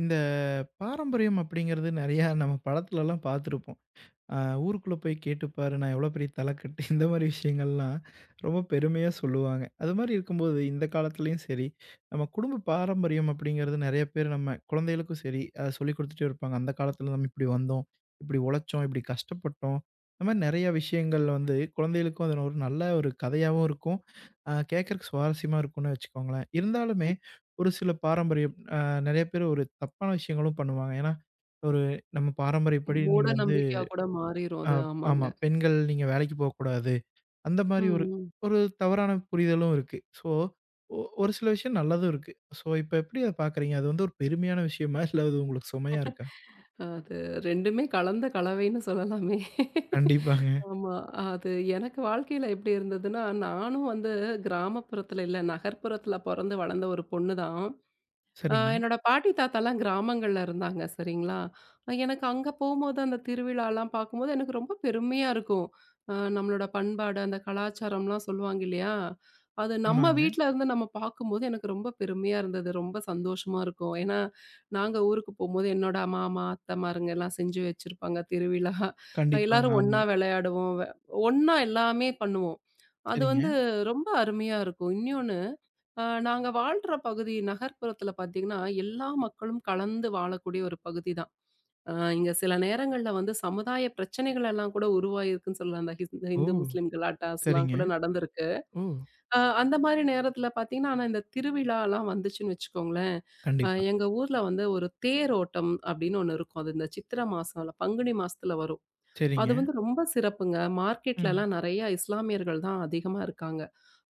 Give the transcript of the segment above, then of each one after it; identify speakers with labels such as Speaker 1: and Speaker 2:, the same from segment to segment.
Speaker 1: இந்த பாரம்பரியம் அப்படிங்கிறது நிறையா நம்ம படத்துலலாம் பார்த்துருப்போம். அ ஊருக்குள்ள போய் கேட்டுப்பாரு, நான் எவ்வளோ பெரிய தலைக்கட்டு இந்த மாரி விஷயங்கள்லாம் ரொம்ப பெருமையா சொல்லுவாங்க. அது மாரி இருக்கும்போது இந்த காலத்துலயும் சரி, நம்ம குடும்ப பாரம்பரியம் அப்படிங்கிறது நெறைய பேர் நம்ம குழந்தைகளுக்கும் சரி, சொல்லிக் குடுத்துட்டே இருப்பாங்க. அந்த காலத்துல நம்ம இப்படி வந்தோம், இப்படி உழைச்சோம், இப்படி கஷ்டப்பட்டோம். இந்த மாரி நெறைய விஷயங்கள் வந்து குழந்தைகளுக்கும் அது ஒரு நல்ல ஒரு கதையாவும் இருக்கும். கேட்கறக்கு சுவாரஸ்யமா இருக்கும்னு வச்சுக்கோங்களேன். இருந்தாலுமே ஒரு சில பாரம்பரியம் நெறைய பேர் ஒரு தப்பான விஷயங்களும் பண்ணுவாங்க. ஏன்னா, ஒரு நம்ம பாரம்பரியப்படி நீ
Speaker 2: மூட
Speaker 1: வந்து
Speaker 2: நம்பிக்கையா கூட மாறிரும்
Speaker 1: ஆ,
Speaker 2: அது. ஆமாங்க.
Speaker 1: ஆமா. பெண்கள் நீங்க வேலைக்கு போக்கூடாது. அந்த
Speaker 2: ம்,
Speaker 1: மாரி ஒரு
Speaker 2: ம்.
Speaker 1: ஒரு தவறான புரிதலும் இருக்கு. ஸோ, ஒரு சில விஷயம் நல்லதும் இருக்கு. ஸோ, இப்ப எப்படி அத பாக்குறீங்க? அது வந்து ஒரு பெருமையான விஷயமா? இல்ல அது உங்களுக்கு சுமையா இருக்கா?
Speaker 2: அது 2மே கலந்த கலவைன்னு சொல்லலாமே.
Speaker 1: கண்டிப்பாங்க.
Speaker 2: ஆமா. அது எனக்கு வாழ்க்கையில எப்படி இருந்ததுன்னா, நானும் வந்து கிராமப்புறத்துல இல்ல, நகர்ப்புறத்துல பொறந்து வளர்ந்த ஒரு பொண்ணு தான்.
Speaker 1: சரிங்க.
Speaker 2: என்னோட பாட்டி, தாத்தாலாம் கிராமங்கள்ல இருந்தாங்க. சரிங்களா? எனக்கு அங்க போம்போது அந்த திருவிழாலாம் பார்க்கும்போது எனக்கு ரொம்ப பெருமையா இருக்கும். நம்மளோட பண்பாடு, அந்த கலாச்சாரம்லாம் சொல்லுவாங்க இல்லையா? அது நம்ம
Speaker 1: ஆமாங்க.
Speaker 2: வீட்ல இருந்து நம்ம பார்க்கும்போது எனக்கு ரொம்ப பெருமையா இருந்தது. ரொம்ப சந்தோஷமா இருக்கும். ஏன்னா, நாங்க ஊருக்கு போம்போது என்னோட மாமா, அத்தமாருங்க எல்லாம் செஞ்சு வச்சிருப்பாங்க திருவிழா.
Speaker 1: கண்டிப்பாங்க.
Speaker 2: எல்லாரும்
Speaker 1: ஆமா.
Speaker 2: ஒண்ணா விளையாடுவோம். ஒண்ணா எல்லாமே பண்ணுவோம். அது
Speaker 1: சரிங்க.
Speaker 2: வந்து ரொம்ப அருமையா இருக்கும். இன்னொன்னு, நாங்க வாழ்ற பகுதி நகர்ப்புறத்துல பாத்தீங்கன்னா எல்லா மக்களும் கலந்து வாழக்கூடிய ஒரு பகுதி தான். இங்க சில நேரங்கள்ல வந்து சமுதாய பிரச்சனைகள் எல்லாம் கூட உருவாயிருக்குன்னு சொல்லலாம். அந்த இந்த
Speaker 1: ஓ!
Speaker 2: இந்து முஸ்லிம் கலாட்டாஸ்லாம்
Speaker 1: சரிங்க.
Speaker 2: கூட நடந்திருக்கு.
Speaker 1: ஓ!
Speaker 2: அந்த மாதிரி நேரத்துல பாத்தீங்கன்னா, ஆனா இந்த திருவிழாலாம் வந்துச்சுன்னு வச்சுக்கோங்களேன்.
Speaker 1: கண்டிப்பா.
Speaker 2: எங்க ஊர்ல வந்து ஒரு தேரோட்டம் அப்படின்னு ஒண்ணு இருக்கும். அது இந்த சித்திரை மாசம் இல்ல பங்குனி மாசத்துல வரும். அது
Speaker 1: சரிங்க.
Speaker 2: வந்து ரொம்ப சிறப்புங்க. மார்க்கெட்ல
Speaker 1: ம்.
Speaker 2: எல்லாம் நிறைய இஸ்லாமியர்கள் தான் அதிகமா இருக்காங்க.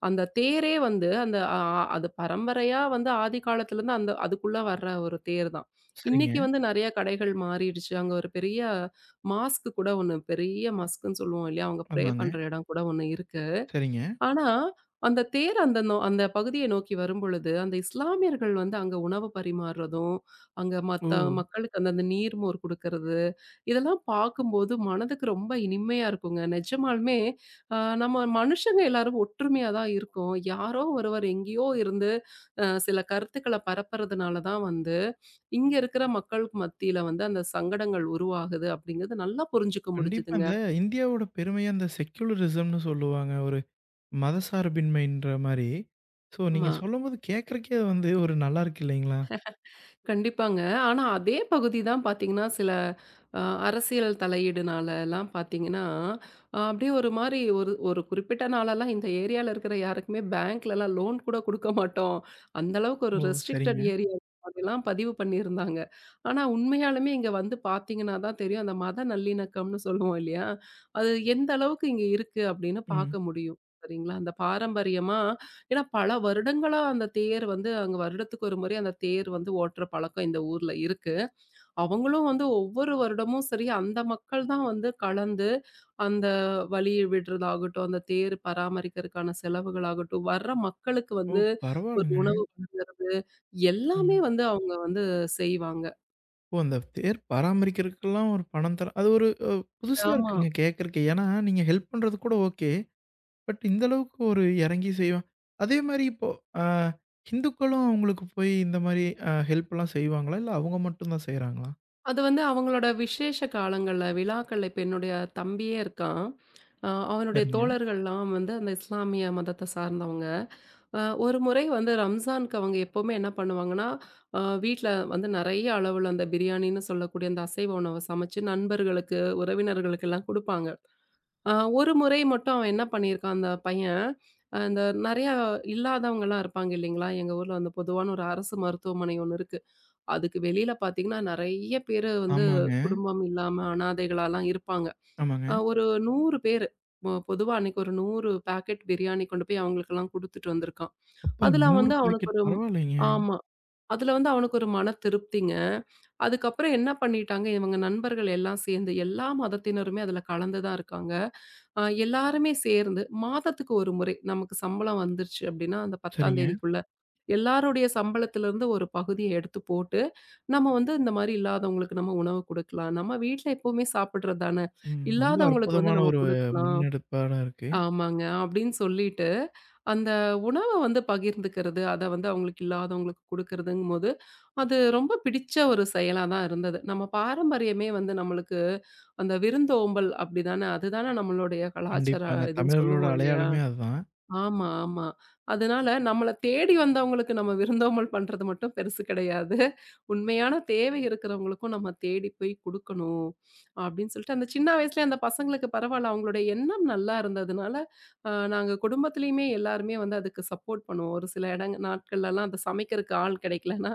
Speaker 2: அந்த தேரே வந்து அந்த அது பரம்பரையா வந்து ஆதி காலத்துலருந்து அந்த அதுக்குள்ள வர்ற ஒரு தேர் தான்.
Speaker 1: சரிங்க.
Speaker 2: இன்னைக்கு வந்து நெறைய கடைகள் மாறிடுச்சு. அங்க ஒரு பெரிய மாஸ்க் கூட ஒண்ணு, பெரிய மஸ்க்ன்னு சொல்லுவோம் இல்லையா? அவங்க ப்ரே
Speaker 1: ஆமாங்க.
Speaker 2: பண்ற இடம் கூட ஒண்ணு இருக்கு.
Speaker 1: சரிங்க.
Speaker 2: ஆனா, அந்த தேர் அந்த அந்த பகுதிய நோக்கி வரும்பொழுது, அந்த இஸ்லாமியர்கள் வந்து அங்க உணவு பரிமாறுறதும், அங்க
Speaker 1: ஓ!
Speaker 2: மத்த மக்களுக்கு அந்த அந்த நீர்மோர் குடுக்கறது, இதெல்லாம் பார்க்கும்போது மனதுக்கு ரொம்ப இனிமையா இருக்குங்க. நிஜமாலுமே ஆ, நம்ம மனுஷங்க எல்லாரும் ஒற்றுமையா தான் இருக்கோம். யாரோ ஒருவர் எங்கேயோ இருந்து சில கருத்துக்கள பரப்புறதுனால தான் வந்து, இங்க இருக்கிற மக்களுக்கு மத்தியில வந்து அந்த சங்கடங்கள் உருவாகுது அப்படிங்கிறது நல்லா புரிஞ்சுக்க
Speaker 1: கண்டிப்பா.
Speaker 2: முடிஞ்சுதுங்க.
Speaker 1: இந்தியாவோட பெருமையா இந்த செக்யூலரிசம்னு சொல்லுவாங்க. ஒரு மதசார்பின்மைன்ற மாரி. ஸோ நீங்க
Speaker 2: ஆமா.
Speaker 1: சொல்லும்போது கேட்கறக்கே அது வந்து ஒரு நல்லா இருக்கு இல்லைங்களா?
Speaker 2: கண்டிப்பாங்க. ஆனா அதே பகுதி தான் பார்த்தீங்கன்னா, சில அ அரசியல் தலையீடுனாலலாம் பார்த்தீங்கன்னா, அப்படியே ஒரு மாரி ஒரு ஒரு குறிப்பிட்ட நாளெல்லாம் இந்த ஏரியால இருக்கிற யாருக்குமே பேங்க்லலாம் லோன் கூட குடுக்க மாட்டோம். அந்த அளவுக்கு ஒரு
Speaker 1: ஓ!
Speaker 2: ரெஸ்ட்ரிக்டட்
Speaker 1: சரிங்க.
Speaker 2: ஏரியா மாதிரிலாம் பதிவு பண்ணியிருந்தாங்க. ஆனா உண்மையாலுமே இங்க வந்து பார்த்தீங்கன்னா தான் தெரியும். அந்த மத நல்லிணக்கம்னு சொல்லுவோம் இல்லையா? அது எந்த அளவுக்கு இங்க இருக்கு அப்படின்னு
Speaker 1: ம்.
Speaker 2: பார்க்க முடியும். சரிங்களா? அந்த பாரம்பரியமா, ஏன்னா பல வருடங்களா அந்த தேர் வந்து அங்க வருடத்துக்கு ஒரு முறை அந்த தேர் வந்து ஓட்டுற பழக்கம் இந்த ஊர்ல இருக்கு. அவங்களும் வந்து ஒவ்வொரு வருடமும் சரி, அந்த மக்கள் தான் வந்து கலந்து அந்த வழி விடுறதாகட்டும், அந்த தேர் பராமரிக்கிறதுக்கான செலவுகளாகட்டும், வர்ற மக்களுக்கு
Speaker 1: ஓ!
Speaker 2: வந்து ஒரு
Speaker 1: பரவால்லங்க.
Speaker 2: உணவு வந்து எல்லாமே
Speaker 1: ம்.
Speaker 2: வந்து அவங்க வந்து செய்வாங்க.
Speaker 1: ஓ! அந்த தேர் பராமரிக்கிறதுக்கெல்லாம் ஒரு பணம் தர அது ஒரு புதுசா
Speaker 2: ஆமா.
Speaker 1: இருக்குங்க கேட்கறக்கே. ஏன்னா, நீங்க ஹெல்ப் பண்றது கூட ஓகே. பட் இந்த அளவுக்கு ஒரு இறங்கி செய்வான். அதே மாரி இப்போ அ ஹிந்துக்களும் அவங்களுக்கு போய் இந்த மாரி ஹெல்ப்லாம் செய்வாங்களா? இல்ல அவங்க மட்டும் தான் செய்றாங்களா?
Speaker 2: அது வந்து அவங்களோட விசேஷ காலங்கள்ல, விழாக்கள்ல இப்ப என்னுடைய தம்பியே இருக்கான். அவனுடைய
Speaker 1: சரிங்க.
Speaker 2: தோழர்கள்லாம் வந்து அந்த இஸ்லாமிய மதத்த சார்ந்தவங்க. ஒரு முறை வந்து ரம்ஜானுக்கு அவங்க எப்பவுமே என்ன பண்ணுவாங்கன்னா, அ வீட்ல வந்து நெறைய அளவுல அந்த பிரியாணின்னு சொல்லக்கூடிய அந்த அசைவ உணவ சமைச்சு நண்பர்களுக்கு, உறவினர்களுக்கெல்லாம் குடுப்பாங்க. அ ஒரு முறை மட்டும் அவன் என்ன பண்ணியிருக்கான் அந்த பையன், அந்த நெறையா இல்லாதவங்கலாம் இருப்பாங்க இல்லைங்களா? எங்க ஊர்ல வந்து பொதுவான ஒரு அரசு மருத்துவமனை ஒண்ணு இருக்கு. அதுக்கு வெளியில பார்த்தீங்கன்னா, நெறைய பேரு வந்து
Speaker 1: ஆமாங்க,
Speaker 2: குடும்பம் இல்லாம அனாதைகளாலாம் இருப்பாங்க.
Speaker 1: ஆமாங்க.
Speaker 2: ஒரு 100 பேரு. பொதுவா அன்னைக்கு ஒரு 100 பாக்கெட் பிரியாணி கொண்டு போய் அவங்களுக்கெல்லாம் குடுத்துட்டு வந்திருக்கான்.
Speaker 1: அப்பா
Speaker 2: அதுல
Speaker 1: 100
Speaker 2: வந்து அவனுக்கு
Speaker 1: பேக்கெட்
Speaker 2: ஒரு
Speaker 1: பரவால்லைங்க.
Speaker 2: ஆமா. அதுல வந்து அவனுக்கு ஒரு மன திருப்திங்க. அதுக்கப்புறம் என்ன பண்ணிட்டாங்க, இவங்க நண்பர்கள் எல்லாம் சேர்ந்து எல்லா மதத்தினருமே அதுல கலந்து தான் இருக்காங்க. எல்லாருமே சேர்ந்து மாதத்துக்கு ஒரு முறை நமக்கு சம்பளம் வந்துருச்சு அப்டின்னா, அந்த 10ஆம்
Speaker 1: சரிங்க.
Speaker 2: தேதிக்குள்ள எல்லாருடைய சம்பளத்திலிருந்து ஒரு பகுதிய எடுத்து போட்டு, நம்ம வந்து இந்த மாரி இல்லாதவங்களுக்கு நம்ம உணவு குடுக்கலாம். நம்ம வீட்ல எப்பவுமே சாப்பிடுறது தான.
Speaker 1: ம். ரொம்ப
Speaker 2: இல்லாதவங்களுக்கு வந்து
Speaker 1: அற்புதமான
Speaker 2: நம்ம
Speaker 1: ஒரு
Speaker 2: குடுக்கலாம்.
Speaker 1: முன்னெடுப்பான இருக்கு.
Speaker 2: ஆமாங்க. அப்படின்னு சொல்லிட்டு, அந்த உணவ வந்து பகிர்ந்துக்கிறது, அத வந்து அவங்களுக்கு இல்லாதவங்களுக்கு குடுக்கறதுங்கும்போது, அது ரொம்ப பிடிச்ச ஒரு செயலா தான் இருந்தது. நம்ம பாரம்பரியமே வந்து நம்மளுக்கு அந்த விருந்தோம்பல் அப்படிதானே, அதுதானே நம்மளுடைய கலாச்சார
Speaker 1: கண்டிப்பாங்க.
Speaker 2: இதுன்னு
Speaker 1: தமிழர்களோட
Speaker 2: சொல்லுவோம் இல்லையா?
Speaker 1: அடையாளமே அதுதான்.
Speaker 2: ஆமா, ஆமா. அதனால நம்மள தேடி வந்தவங்களுக்கு நம்ம விருந்தோம்பல் பண்றது மட்டும் பெருசு கிடையாது. உண்மையான தேவை இருக்கிறவங்களுக்கும் நம்ம தேடி போய் குடுக்கணும். அப்படின்னு சொல்லிட்டு அந்த சின்ன வயசுலயே அந்த பசங்களுக்கு பரவால்ல அவங்களுடைய எண்ணம் நல்லா இருந்ததுனால, நாங்க குடும்பத்திலயுமே எல்லாருமே வந்து அதுக்கு சப்போர்ட் பண்ணுவோம். ஒரு சில நாட்கள்லலாம் அத சமைக்கிறதுக்கு ஆள் கிடைக்கலன்னா,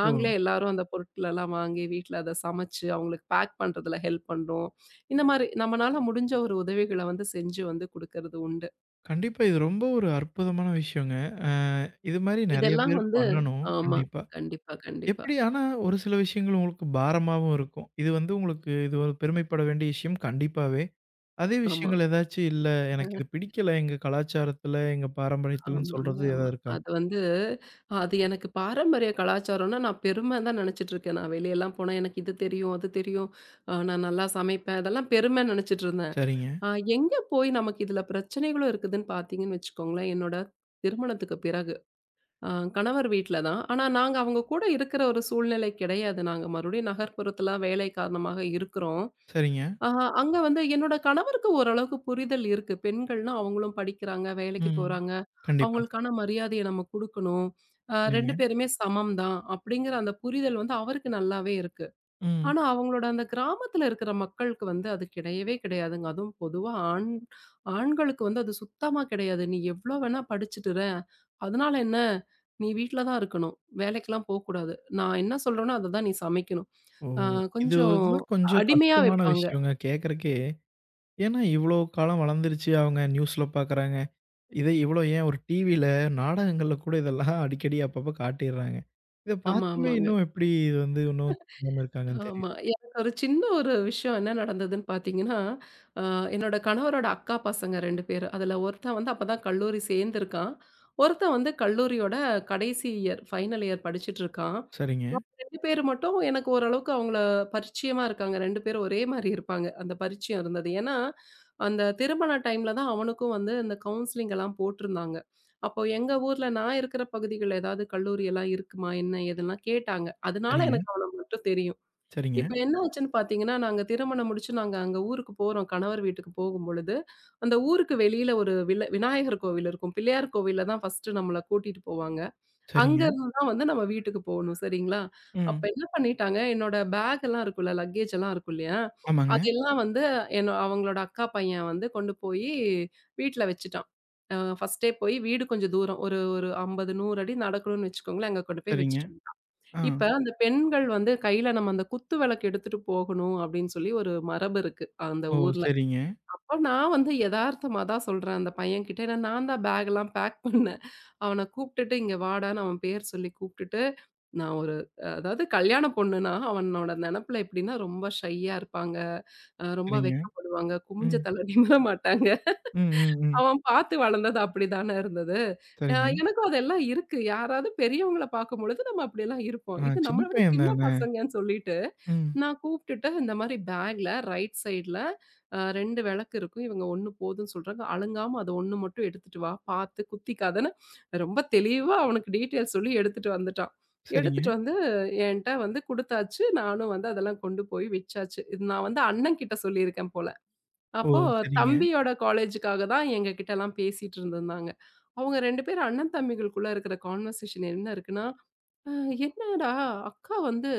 Speaker 1: ஓ!
Speaker 2: எல்லாரும் அந்த பொருட்களெல்லாம் வாங்கி வீட்ல அத சமைச்சு அவங்களுக்கு பேக் பண்றதுல ஹெல்ப் பண்றோம். இந்த மாரி நம்மனால முடிஞ்ச ஒரு உதவிகள வந்து செஞ்சு வந்து குடுக்கறது உண்டு.
Speaker 1: கண்டிப்பா இது ரொம்ப ஒரு அற்புதமான விஷயங்க. அ இது மாரி நெறைய
Speaker 2: இதெல்லாம்
Speaker 1: பேர்
Speaker 2: வந்து
Speaker 1: பண்ணணும்.
Speaker 2: ஆமா.
Speaker 1: கண்டிப்பா.
Speaker 2: கண்டிப்பா, கண்டிப்பா.
Speaker 1: எப்படி ஆனா ஒரு சில விஷயங்கள் உங்களுக்கு பாரமாவும் இருக்கும். இது வந்து உங்களுக்கு இது ஒரு பெருமைப்பட வேண்டிய விஷயம் கண்டிப்பாவே. அதே
Speaker 2: ஆமா.
Speaker 1: விஷயங்கள் ஏதாச்சும் இல்ல எனக்கு
Speaker 2: அ.
Speaker 1: இது பிடிக்கல எங்க கலாச்சாரத்துல, எங்க பாரம்பரியத்துலன்னு
Speaker 2: ஆமாங்க,
Speaker 1: சொல்றது
Speaker 2: ஆமா.
Speaker 1: ஏதாவது இருக்கா?
Speaker 2: அது வந்து அது எனக்கு பாரம்பரிய கலாச்சாரம்னா, நான் பெருமை தான் நெனச்சிட்டுருக்கேன். நான் வெளியலாம் போனா எனக்கு இது தெரியும், அது தெரியும். நான் நல்லா சமைப்பேன். அதெல்லாம் பெருமை நெனச்சிட்டுருந்தேன்.
Speaker 1: சரிங்க,
Speaker 2: அ எங்க போய் நமக்கு இதுல பிரச்சனைகளும் இருக்குதுன்னு பார்த்தீங்கன்னு வச்சுக்கோங்களேன், என்னோட திருமணத்துக்கு பிறகு. ஆ, கணவர் வீட்ல தான். ஆனா நாங்க அவங்க கூட இருக்கிற ஒரு சூழ்நிலை கிடையாது. நாங்க மறுபடியும் நகர்ப்புறத்தில வேலை காரணமாக இருக்கிறோம்.
Speaker 1: சரிங்க.
Speaker 2: ஆ, அங்க வந்து என்னோட கணவருக்கு ஓரளவுக்கு புரிதல் இருக்கு. பெண்கள்னா அவங்களும் படிக்கிறாங்க, வேலைக்கு
Speaker 1: ம்.
Speaker 2: போறாங்க.
Speaker 1: கண்டிப்பா.
Speaker 2: அவங்களுக்கான மரியாதைய நம்ம குடுக்கணும். ஆ, 2
Speaker 1: சரிங்க.
Speaker 2: பேருமே சமம் தான். அப்படிங்கிற அந்த புரிதல் வந்து அவருக்கு நல்லாவே இருக்கு.
Speaker 1: ம்.
Speaker 2: ஆனா, அவங்களோட அந்த கிராமத்துல இருக்கிற மக்களுக்கு வந்து அது கிடையவே கிடையாதுங்க. அதுவும் பொதுவா ஆண்களுக்கு வந்து அது சுத்தமா கிடையாது. "நீ எவ்ளோ வேணா படிச்சுட்டுற, அதனால என்ன? நீ வீட்ல தான் இருக்கணும். வேலைக்கெல்லாம் போக்கூடாது. நான் என்ன சொல்றேனோ, அத தான் நீ சமைக்கணும்."
Speaker 1: ஓ!
Speaker 2: அ
Speaker 1: இது
Speaker 2: கொஞ்சம்
Speaker 1: தான் கொஞ்சம்
Speaker 2: அடிமையா
Speaker 1: கஷ்டமான
Speaker 2: வைப்பாங்க.
Speaker 1: விஷயங்க கேட்கறக்கே. ஏன்னா இவ்வளோ காலம் வளர்ந்துருச்சு, அவங்க நியூஸ்ல பார்க்குறாங்க. இத இவ்வளோ ஏன் ஒரு டிவில நாடகங்கள்ல கூட இதெல்லாம் அடிக்கடி அப்பப்ப காட்டிர்றாங்க. இத
Speaker 2: ஆமா,
Speaker 1: பார்த்துமே
Speaker 2: ஆமாங்க.
Speaker 1: இன்னும் எப்படி இது வந்து இன்னும் தெரியாம இருக்காங்கன்னு தெரியல.
Speaker 2: ஆமா. எனக்கு ஒரு சின்ன ஒரு விஷயம் என்ன நடந்ததுன்னு பார்த்தீங்கன்னா, அ என்னோட கணவரோட அக்கா பசங்க 2 பேரு. அதுல ஒருத்தன் வந்து அப்பதான் கல்லூரி சேர்ந்திருக்கான். ஒருத்தன் வந்து கல்லூரியோட கடைசி இயர், ஃபைனல் இயர் படிச்சுட்டு இருக்கான்.
Speaker 1: சரிங்க,
Speaker 2: 2 பேரு மட்டும் எனக்கு ஓரளவுக்கு அவங்கள பரிச்சயமா இருக்காங்க. 2 பேரும் ஒரே மாரி இருப்பாங்க. அந்த பரிச்சயம் இருந்தது. ஏன்னா, அந்த திருமண டைம்ல தான் அவனுக்கும் வந்து இந்த கவுன்சிலிங் எல்லாம் போட்டிருந்தாங்க. அப்போ எங்க ஊர்ல நான் இருக்கிற பகுதிகள்ல ஏதாவது கல்லூரி எல்லாம் இருக்குமா? என்ன? ஏதுலாம் கேட்டாங்க. அதனால
Speaker 1: சரிங்க,
Speaker 2: எனக்கு அவன மட்டும் தெரியும்.
Speaker 1: சரிங்க,
Speaker 2: இப்ப என்ன ஆச்சுன்னு பார்த்தீங்கன்னா, நாங்க திருமணம் முடிச்சு நாங்க அங்க ஊருக்கு போறோம். கணவர் வீட்டுக்கு போகும்பொழுது, அந்த ஊருக்கு வெளியில ஒரு விநாயகர் கோவில் இருக்கும். பிள்ளையார் கோவில்ல தான் ஃபர்ஸ்ட்டு நம்மள கூட்டிட்டு போவாங்க. அங்க
Speaker 1: சரிங்க.
Speaker 2: இருந்து தான் வந்து நம்ம வீட்டுக்கு போணும். சரிங்களா? அப்ப
Speaker 1: ம்.
Speaker 2: என்ன பண்ணிட்டாங்க, என்னோட பேக் எல்லாம் இருக்குல்ல, லக்கேஜ் எல்லாம் இருக்கும் இல்லையா?
Speaker 1: ஆமாங்க.
Speaker 2: அதெல்லாம் வந்து என்ன அவங்களோட அக்கா பையன் வந்து கொண்டு போயி வீட்ல வச்சுட்டான். ஃபர்ஸ்ட்டே போய் வீடு கொஞ்சம் தூரம். ஒரு ஒரு 50, 100 அடி நடக்கணும்னு வச்சுக்கோங்களேன். அங்க கொண்டு போய்
Speaker 1: சரிங்க.
Speaker 2: வச்சுட்டோம்.
Speaker 1: ஆ.
Speaker 2: இப்ப அந்த பெண்கள் வந்து கையில நம்ம அந்த குத்து விளக்கு எடுத்துட்டு போகணும் அப்படின்னு சொல்லி ஒரு மரபு இருக்கு அந்த
Speaker 1: ஓ!
Speaker 2: ஊர்ல.
Speaker 1: சரிங்க,
Speaker 2: அப்போ நான் வந்து எதார்த்தமா தான் சொல்றேன் அந்த பையன்கிட்ட. ஏன்னா நான் தான் பேக்லாம் பேக் பண்ணேன். அவன கூப்பிட்டுட்டு இங்க வாடான்னு அவன் பேர் சொல்லி கூப்பிட்டுட்டு, நான் ஒரு அதாவது கல்யாண பொண்ணுனா அவனோட நெனப்புல எப்படின்னா ரொம்ப ஷையா இருப்பாங்க. ரொம்ப
Speaker 1: சரிங்க.
Speaker 2: வெட்கப்படுவாங்க. குமிஞ்ச
Speaker 1: ம்.
Speaker 2: தலை நிமிர மாட்டாங்க.
Speaker 1: ம், ம், ம்.
Speaker 2: அவன் பார்த்து வளர்ந்தது அப்படிதானே இருந்தது. அ
Speaker 1: சரிங்க.
Speaker 2: எனக்கும் அதெல்லாம் இருக்கு. யாராவது பெரியவங்கள பார்க்கும்பொழுது நம்ம அப்படியெல்லாம் இருப்போம்.
Speaker 1: ஆ
Speaker 2: இது
Speaker 1: சின்ன
Speaker 2: நம்மள விட
Speaker 1: பையன்
Speaker 2: சின்ன
Speaker 1: தானே!
Speaker 2: பசங்கன்னு சொல்லிட்டு,
Speaker 1: ம்.
Speaker 2: நான் கூப்ட்டுட்டு இந்த மாரி பேக்ல ரைட் சைட்ல 2 விளக்கு இருக்கும். இவங்க 1 போதும்ன்னு சொல்றாங்க. அலுங்காம அத 1 மட்டும் எடுத்துட்டு வா. பார்த்து குத்திக்காதன்னு ரொம்ப தெளிவா அவனுக்கு டீட்டெயில் சொல்லி எடுத்துட்டு வந்துட்டான்.
Speaker 1: சரிங்க.
Speaker 2: எடுத்துட்டு வந்து என்ட்ட வந்து குடுத்தாச்சு. நானும் வந்து அதெல்லாம் கொண்டு போய் வச்சாச்சு. இது நான் வந்து அண்ணன் கிட்ட சொல்லியிருக்கேன் போல.
Speaker 1: ஓ!
Speaker 2: அப்போ
Speaker 1: சரிங்க.
Speaker 2: தம்பியோட காலேஜுக்காக தான் எங்க கிட்டலாம் பேசிட்டு இருந்திருந்தாங்க. அவங்க 2 பேரும் அண்ணன் தம்பிகளுக்குள்ள இருக்கிற கான்வர்சேஷன் என்ன இருக்குன்னா, அ என்னடா அக்கா வந்து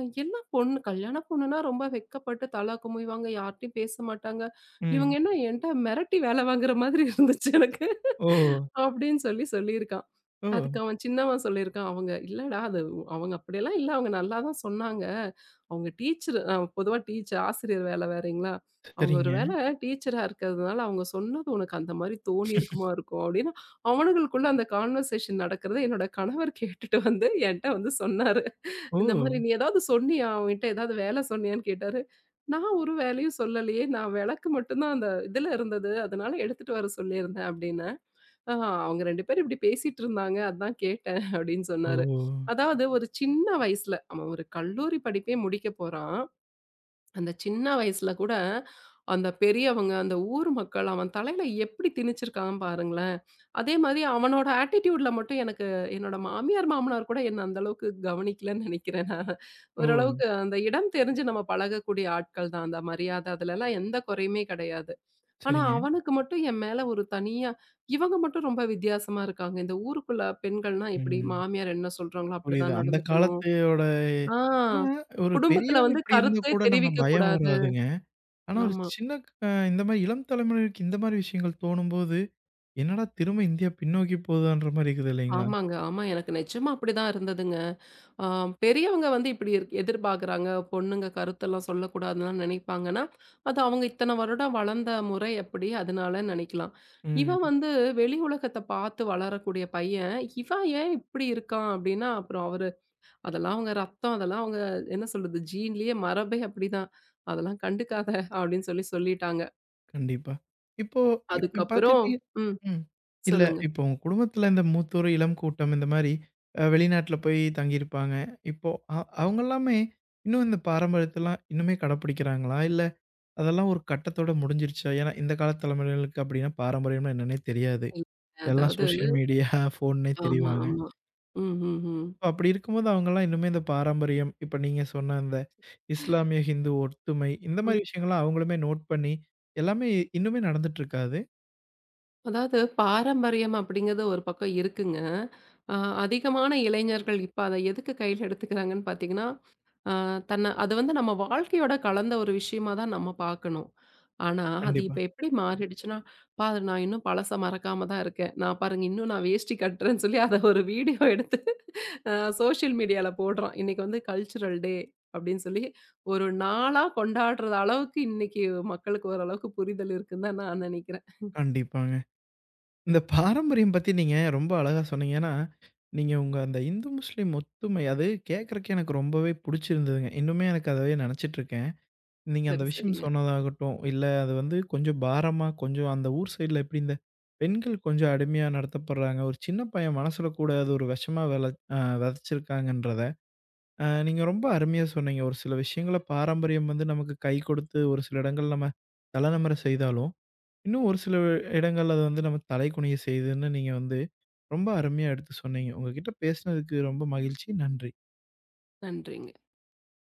Speaker 2: எல்லா பொண்ணு கல்யாண பொண்ணுன்னா ரொம்ப வெட்கப்பட்டு தல குமியுவாங்க. யார்ட்டயும் பேச மாட்டாங்க. இவங்க
Speaker 1: ம்.
Speaker 2: என்ன என்ட்ட மிரட்டி வேல வாங்குற மாதிரி இருந்துச்சு எனக்கு.
Speaker 1: ஓ!
Speaker 2: அப்படின்னு சொல்லி சொல்லியிருக்கான்.
Speaker 1: ஓ!
Speaker 2: அதுக்கு அவன் சின்னவன் சொல்லியிருக்கான். அவங்க இல்லடா, அது அவங்க அப்படியெல்லாம் இல்ல. அவங்க நல்லா தான் சொன்னாங்க. அவங்க டீச்சர். பொதுவா டீச்சர் ஆசிரியர் வேல வேறங்களா. அவங்க ஒரு
Speaker 1: சரிங்க.
Speaker 2: வேள டீச்சரா இருக்கிறதுனால அவங்க சொன்னது உனக்கு அந்த மாரி தோணியிருக்குமா இருக்கும் அப்படின்னு, அவனுங்களுக்குள்ள அந்த கான்வர்சேஷன் நடக்கிறத என்னோட கணவர் கேட்டுட்டு வந்து என்ட்ட வந்து சொன்னாரு.
Speaker 1: ஓ!
Speaker 2: இந்த மாரி "நீ ஏதாவது சொன்னியா? அவன்கிட்ட ஏதாவது வேல சொன்னியான்னு?" கேட்டாரு. நான் ஒரு வேலையும் சொல்லலையே. நான் விளக்கு மட்டும் தான் அந்த இதுல இருந்தது. அதனால எடுத்துட்டு வர சொல்லியிருந்தேன் அப்டின்னேன். "ஆ, அவங்க 2 பேரும் இப்டி பேசிட்டு இருந்தாங்க. அதான் கேட்டேன்" அப்டின்னு
Speaker 1: ஓ!
Speaker 2: சொன்னாரு. அதாவது ஒரு சின்ன வயசுல அவன் ஒரு கல்லூரி படிப்பே முடிக்க போறான். அந்த சின்ன வயசுல கூட, அந்த பெரியவங்க, அந்த ஊர் மக்கள் அவன் தலையில எப்படி திணிச்சிருக்கான் பாருங்களேன்! அதே மாரி அவனோட ஆட்டிட்யூட்ல மட்டும் எனக்கு என்னோட மாமியார், மாமனார் கூட என்ன அந்த அளவுக்கு கவனிக்கலன்னு நெனைக்கிறேன் நான்.
Speaker 1: ஓ!
Speaker 2: ஓரளவுக்கு அந்த இடம் தெரிஞ்சு நம்ம பழகக்கூடிய ஆட்கள் தான். அந்த மரியாதை அதுலலாம் எந்த குறையுமே கிடையாது. ஆனா
Speaker 1: சரிங்க.
Speaker 2: அவனுக்கு மட்டும் என் மேல ஒரு தனியா இவங்க மட்டும் ரொம்ப வித்தியாசமா இருக்காங்க. இந்த ஊருக்குள்ள பெண்கள்னா எப்படி
Speaker 1: ம்.
Speaker 2: மாமியார் என்ன சொல்றாங்களோ
Speaker 1: புரியுது.
Speaker 2: அப்படிதான்
Speaker 1: அந்த
Speaker 2: நடந்துக்கணும்.
Speaker 1: காலத்தோட
Speaker 2: ஆ,
Speaker 1: ஆனா ஒரு
Speaker 2: குடும்பத்துல
Speaker 1: பெரியவங்க
Speaker 2: வந்து
Speaker 1: இப்படி இருந்தா
Speaker 2: கருத்தே
Speaker 1: கூட நம்ம பயம்
Speaker 2: தெரிவிக்கக்கூடாது.
Speaker 1: வராதுங்க. ஆனா ஒரு
Speaker 2: ஆமா.
Speaker 1: சின்ன இந்த மாரி இளம் தலைமுறையினருக்கு இந்த மாரி விஷயங்கள் தோணும்போது, என்னடா திரும்ப இந்தியா பின்னோக்கி போகுதான்ற மாரி இருக்குது இல்லைங்களா?
Speaker 2: ஆமாங்க. ஆமா. எனக்கு நிஜமா அப்படிதான் இருந்ததுங்க. ஆ, பெரியவங்க வந்து இப்படி எதிர்பார்க்குறாங்க. பொண்ணுங்க கருத்தெல்லாம் சொல்லக்கூடாதுலாம் நினைப்பாங்கன்னா, அது அவங்க இத்தன வருடம் வளர்ந்த முறை அப்படி, அதனால நினைக்கலாம். இவன்
Speaker 1: ம்.
Speaker 2: வந்து வெளி உலகத்த பார்த்து வளரக்கூடிய பையன், இவன் ஏன் இப்படி இருக்கான் அப்படின்னா, அப்புறம் அவரு அதெல்லாம் அவங்க ரத்தம், அதெல்லாம் அவங்க என்ன சொல்றது, ஜீன்லயே மரபே அப்படிதான். அதெல்லாம் கண்டுக்காத, அப்படின்னு சொல்லி சொல்லிட்டாங்க.
Speaker 1: கண்டிப்பா. இப்போ இப்ப
Speaker 2: அதுக்கப்புறம்
Speaker 1: பார்த்துக்கிட்டீங்க
Speaker 2: ம்.
Speaker 1: ம். இல்ல
Speaker 2: சொல்லுங்க.
Speaker 1: இப்போ உங்க குடும்பத்தில இந்த மூத்தோர், இளம் கூட்டம் இந்த மாரி வெளிநாட்டில போய் தங்கியிருப்பாங்க. இப்போ அ அவங்க எல்லாமே இன்னும் இந்த பாரம்பரியத்தலாம் இன்னுமே கடைப்பிடிக்கிறாங்களா? இல்ல அதெல்லாம் ஒரு கட்டத்தோட முடிஞ்சிருச்சா? ஏன்னா, இந்த காலத்து தலைமுறைகளுக்கு அப்படின்னா பாரம்பரியம்னா என்னன்னே தெரியாது.
Speaker 2: இல்ல
Speaker 1: எல்லாம்
Speaker 2: அதாவது
Speaker 1: சோஷியல் மீடியா, ஃபோன்னே
Speaker 2: ஆமா,
Speaker 1: தெரிவாங்க.
Speaker 2: ஆமா. ம், ம், ம்.
Speaker 1: இப்ப அப்படி இருக்கும்போது அவங்கலாம் இன்னுமே இந்த பாரம்பரியம், இப்ப நீங்க சொன்ன அந்த இஸ்லாமிய, ஹிந்து ஒற்றுமை இந்த
Speaker 2: ம்.
Speaker 1: மாரி விஷயங்கள்லாம் அவங்களுமே நோட் பண்ணி எல்லாமே இன்னுமே நடந்துட்டு இருக்கா அது?
Speaker 2: அதாவது பாரம்பரியம் அப்படிங்கிறது ஒரு பக்கம் இருக்குங்க. அ அதிகமான இளைஞர்கள் இப்ப அத எதுக்கு கையில எடுத்துக்கிறாங்கன்னு பார்த்தீங்கன்னா, ஆ, அது வந்து நம்ம வாழ்க்கையோட கலந்த ஒரு விஷயமா தான் நம்ம பார்க்கணும். ஆனா, அது
Speaker 1: கண்டிப்பா,
Speaker 2: இப்ப எப்படி மாறிடுச்சுன்னா, பாரு நான் இன்னும் பழச மறக்காம தான் இருக்கேன். நான் பாருங்க இன்னும் நான் வேஷ்டி கட்டுறேன்னு சொல்லி அத ஒரு வீடியோ எடுத்து அ சோஷியல் மீடியால போடுறான். இன்னைக்கு வந்து கல்ச்சுரல் டே அப்படின்னு சொல்லி ஒரு நாளா கொண்டாடுற அளவுக்கு இன்னைக்கு மக்களுக்கு ஓரளவுக்கு புரிதல் இருக்குன்னு தான் நான் நினைக்கிறேன்.
Speaker 1: கண்டிப்பாங்க. இந்த பாரம்பரியம் பத்தி நீங்க ரொம்ப அழகா சொன்னீங்க. ஏன்னா, நீங்க உங்க அந்த இந்து, முஸ்லீம் ஒத்துமை அது கேட்கறக்கே எனக்கு ரொம்பவே புடிச்சிருந்ததுங்க. இன்னுமே எனக்கு அதவே நெனச்சிட்டு இருக்கேன். நீங்க அந்த
Speaker 2: சரி,
Speaker 1: விஷயம்
Speaker 2: சரிங்க.
Speaker 1: சொன்னதாகட்டும், இல்ல அது வந்து கொஞ்சம் பாரமா, கொஞ்சம் அந்த ஊர் சைடுல எப்படி இந்த பெண்கள் கொஞ்சம் அடிமையா நடத்தப்படுறாங்க. ஒரு சின்ன பையன் மனசுல கூட அது ஒரு விஷமா வெள அ வெதச்சிருக்காங்கன்றத, நீங்க ரொம்ப அருமையா சொன்னீங்க. ஒரு சில விஷயங்கள பாரம்பரியம் வந்து நமக்கு கை கொடுத்து, ஒரு சில இடங்கள் நம்ம தலநிமிர செய்தாலும், இன்னும் ஒரு சில இடங்கள்ல அது வந்து நம்ம தலைகுனிய செய்யுதுன்னு நீங்க வந்து ரொம்ப அருமையா எடுத்து சொன்னீங்க. உங்ககிட்ட பேசினதுக்கு ரொம்ப மகிழ்ச்சி. நன்றி.
Speaker 2: நன்றிங்க.